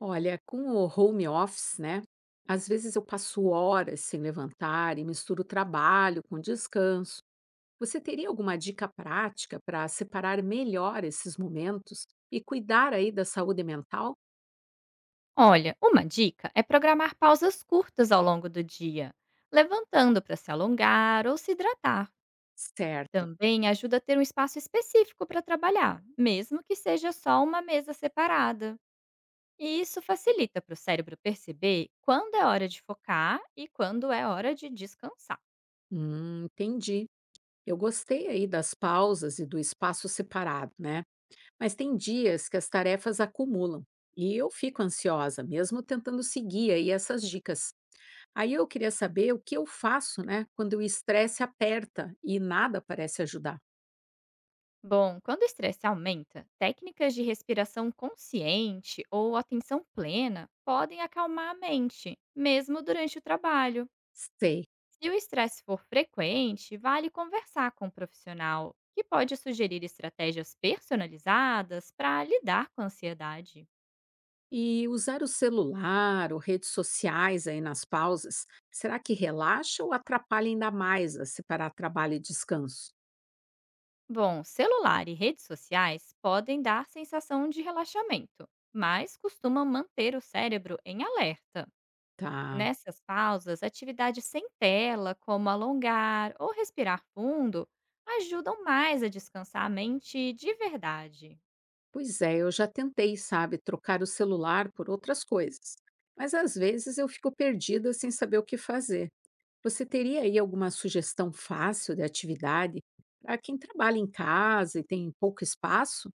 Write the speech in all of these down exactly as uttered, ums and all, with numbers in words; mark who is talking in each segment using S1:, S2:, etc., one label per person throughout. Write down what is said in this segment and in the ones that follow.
S1: Olha, com o home office, né? Às vezes eu passo horas sem levantar e misturo trabalho com descanso. Você teria alguma dica prática para separar melhor esses momentos e cuidar aí da saúde mental?
S2: Olha, uma dica é programar pausas curtas ao longo do dia, levantando para se alongar ou se hidratar.
S1: Certo.
S2: Também ajuda a ter um espaço específico para trabalhar, mesmo que seja só uma mesa separada. E isso facilita para o cérebro perceber quando é hora de focar e quando é hora de descansar.
S1: Hum, entendi. Eu gostei aí das pausas e do espaço separado, né? Mas tem dias que as tarefas acumulam e eu fico ansiosa, mesmo tentando seguir aí essas dicas. Aí eu queria saber o que eu faço, né, quando o estresse aperta e nada parece ajudar.
S2: Bom, quando o estresse aumenta, técnicas de respiração consciente ou atenção plena podem acalmar a mente, mesmo durante o trabalho.
S1: Sei.
S2: Se o estresse for frequente, vale conversar com um profissional, que pode sugerir estratégias personalizadas para lidar com a ansiedade.
S1: E usar o celular ou redes sociais aí nas pausas, será que relaxa ou atrapalha ainda mais a separar trabalho e descanso?
S2: Bom, celular e redes sociais podem dar sensação de relaxamento, mas costumam manter o cérebro em alerta.
S1: Tá.
S2: Nessas pausas, atividades sem tela, como alongar ou respirar fundo, ajudam mais a descansar a mente de verdade.
S1: Pois é, eu já tentei, sabe, trocar o celular por outras coisas. Mas às vezes eu fico perdida sem saber o que fazer. Você teria aí alguma sugestão fácil de atividade para quem trabalha em casa e tem pouco espaço?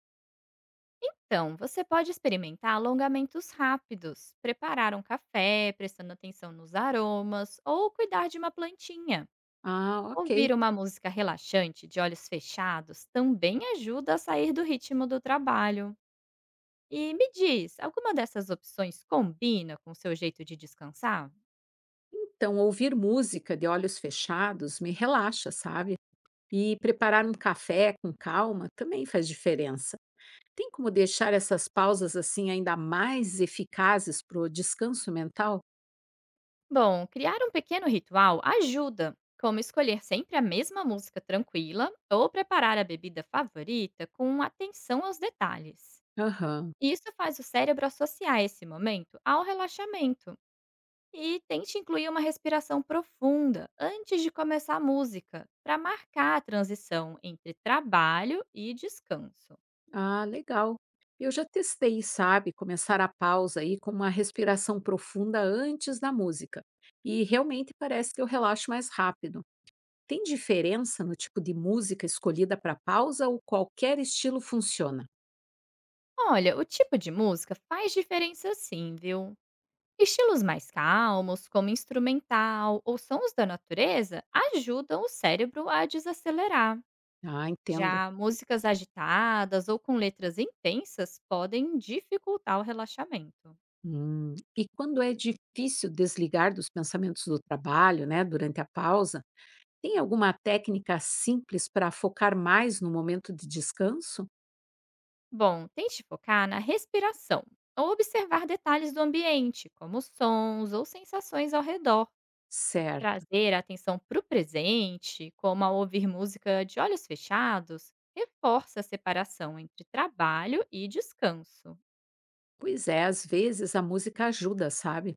S2: Então, você pode experimentar alongamentos rápidos, preparar um café, prestando atenção nos aromas, ou cuidar de uma plantinha.
S1: Ah, ok.
S2: Ouvir uma música relaxante de olhos fechados também ajuda a sair do ritmo do trabalho. E me diz, alguma dessas opções combina com o seu jeito de descansar?
S1: Então, ouvir música de olhos fechados me relaxa, sabe? E preparar um café com calma também faz diferença. Tem como deixar essas pausas assim ainda mais eficazes para o descanso mental?
S2: Bom, criar um pequeno ritual ajuda, como escolher sempre a mesma música tranquila ou preparar a bebida favorita com atenção aos detalhes.
S1: Aham.
S2: E isso faz o cérebro associar esse momento ao relaxamento. E tente incluir uma respiração profunda antes de começar a música, para marcar a transição entre trabalho e descanso.
S1: Ah, legal. Eu já testei, sabe? Começar a pausa aí com uma respiração profunda antes da música. E realmente parece que eu relaxo mais rápido. Tem diferença no tipo de música escolhida para pausa ou qualquer estilo funciona?
S2: Olha, o tipo de música faz diferença sim, viu? Estilos mais calmos, como instrumental ou sons da natureza, ajudam o cérebro a desacelerar.
S1: Ah, entendo.
S2: Já músicas agitadas ou com letras intensas podem dificultar o relaxamento.
S1: Hum, E quando é difícil desligar dos pensamentos do trabalho, né, durante a pausa, tem alguma técnica simples para focar mais no momento de descanso?
S2: Bom, tente focar na respiração ou observar detalhes do ambiente, como sons ou sensações ao redor.
S1: Certo.
S2: Trazer a atenção para o presente, como ao ouvir música de olhos fechados, reforça a separação entre trabalho e descanso.
S1: Pois é, às vezes a música ajuda, sabe?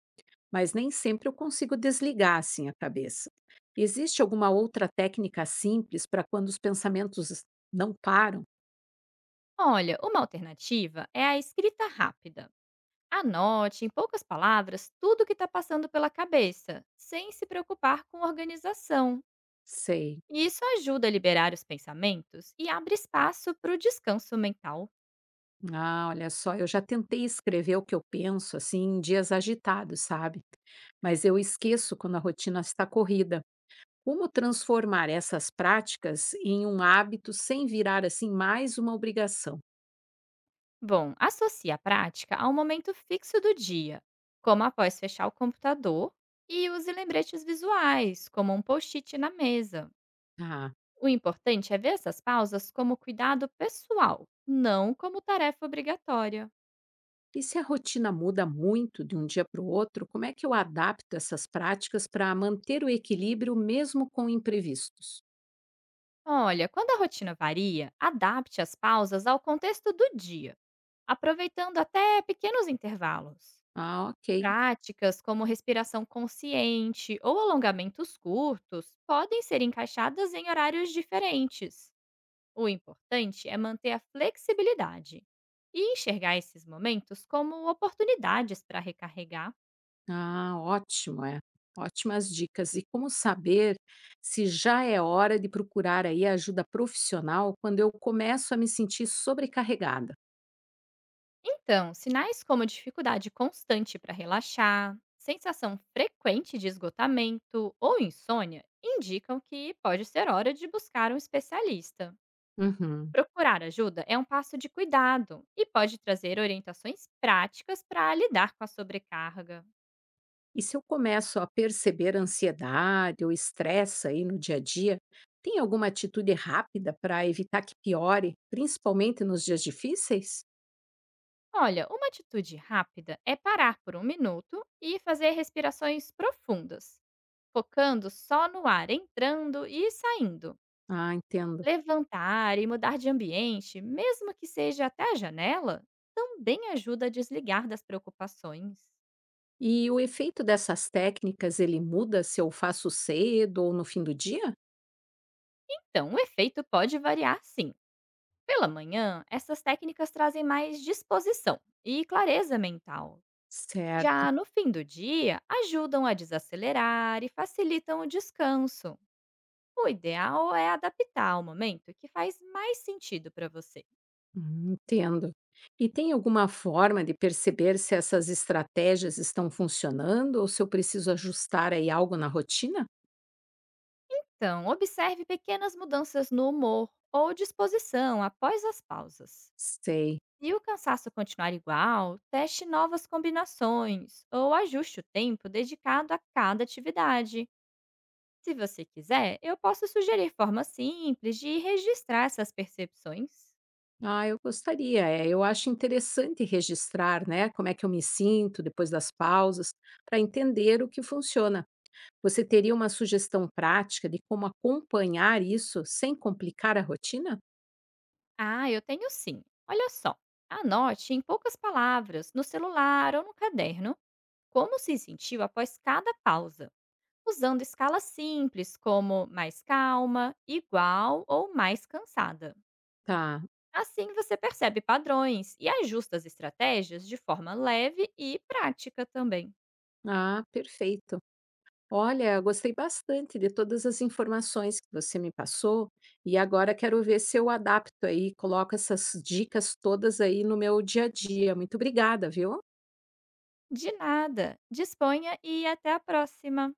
S1: Mas nem sempre eu consigo desligar assim a cabeça. Existe alguma outra técnica simples para quando os pensamentos não param?
S2: Olha, uma alternativa é a escrita rápida. Anote em poucas palavras tudo o que está passando pela cabeça, sem se preocupar com organização.
S1: Sei.
S2: E isso ajuda a liberar os pensamentos e abre espaço para o descanso mental.
S1: Ah, olha só, eu já tentei escrever o que eu penso, assim, em dias agitados, sabe? Mas eu esqueço quando a rotina está corrida. Como transformar essas práticas em um hábito sem virar, assim, mais uma obrigação?
S2: Bom, associe a prática a um momento fixo do dia, como após fechar o computador, e use lembretes visuais, como um post-it na mesa.
S1: Ah,
S2: O importante é ver essas pausas como cuidado pessoal, não como tarefa obrigatória.
S1: e se a rotina muda muito de um dia para o outro, como é que eu adapto essas práticas para manter o equilíbrio mesmo com imprevistos?
S2: Olha, quando a rotina varia, adapte as pausas ao contexto do dia, aproveitando até pequenos intervalos.
S1: Ah, ok.
S2: Práticas como respiração consciente ou alongamentos curtos podem ser encaixadas em horários diferentes. O importante é manter a flexibilidade e enxergar esses momentos como oportunidades para recarregar.
S1: Ah, ótimo, é. Ótimas dicas. E como saber se já é hora de procurar aí ajuda profissional quando eu começo a me sentir sobrecarregada?
S2: Então, sinais como dificuldade constante para relaxar, sensação frequente de esgotamento ou insônia indicam que pode ser hora de buscar um especialista.
S1: Uhum.
S2: Procurar ajuda é um passo de cuidado e pode trazer orientações práticas para lidar com a sobrecarga.
S1: E se eu começo a perceber ansiedade ou estresse aí no dia a dia, tem alguma atitude rápida para evitar que piore, principalmente nos dias difíceis?
S2: Olha, uma atitude rápida é parar por um minuto e fazer respirações profundas, focando só no ar entrando e saindo.
S1: Ah, entendo.
S2: Levantar e mudar de ambiente, mesmo que seja até a janela, também ajuda a desligar das preocupações.
S1: E o efeito dessas técnicas, ele muda se eu faço cedo ou no fim do dia?
S2: Então, o efeito pode variar sim. Pela manhã, essas técnicas trazem mais disposição e clareza mental.
S1: Certo.
S2: Já no fim do dia, ajudam a desacelerar e facilitam o descanso. O ideal é adaptar ao momento que faz mais sentido para você.
S1: Hum, Entendo. E tem alguma forma de perceber se essas estratégias estão funcionando ou se eu preciso ajustar aí algo na rotina?
S2: Então, observe pequenas mudanças no humor ou disposição após as pausas.
S1: Sei.
S2: Se o cansaço continuar igual, teste novas combinações ou ajuste o tempo dedicado a cada atividade. Se você quiser, eu posso sugerir formas simples de registrar essas percepções.
S1: Ah, eu gostaria. É, eu acho interessante registrar, né, como é que eu me sinto depois das pausas, para entender o que funciona. Você teria uma sugestão prática de como acompanhar isso sem complicar a rotina?
S2: Ah, eu tenho sim. Olha só. Anote em poucas palavras, no celular ou no caderno, como se sentiu após cada pausa, usando escalas simples como mais calma, igual ou mais cansada.
S1: Tá.
S2: Assim você percebe padrões e ajusta as estratégias de forma leve e prática também.
S1: Ah, perfeito. Olha, gostei bastante de todas as informações que você me passou e agora quero ver se eu adapto aí, coloco essas dicas todas aí no meu dia a dia. Muito obrigada, viu?
S2: De nada. Disponha e até a próxima.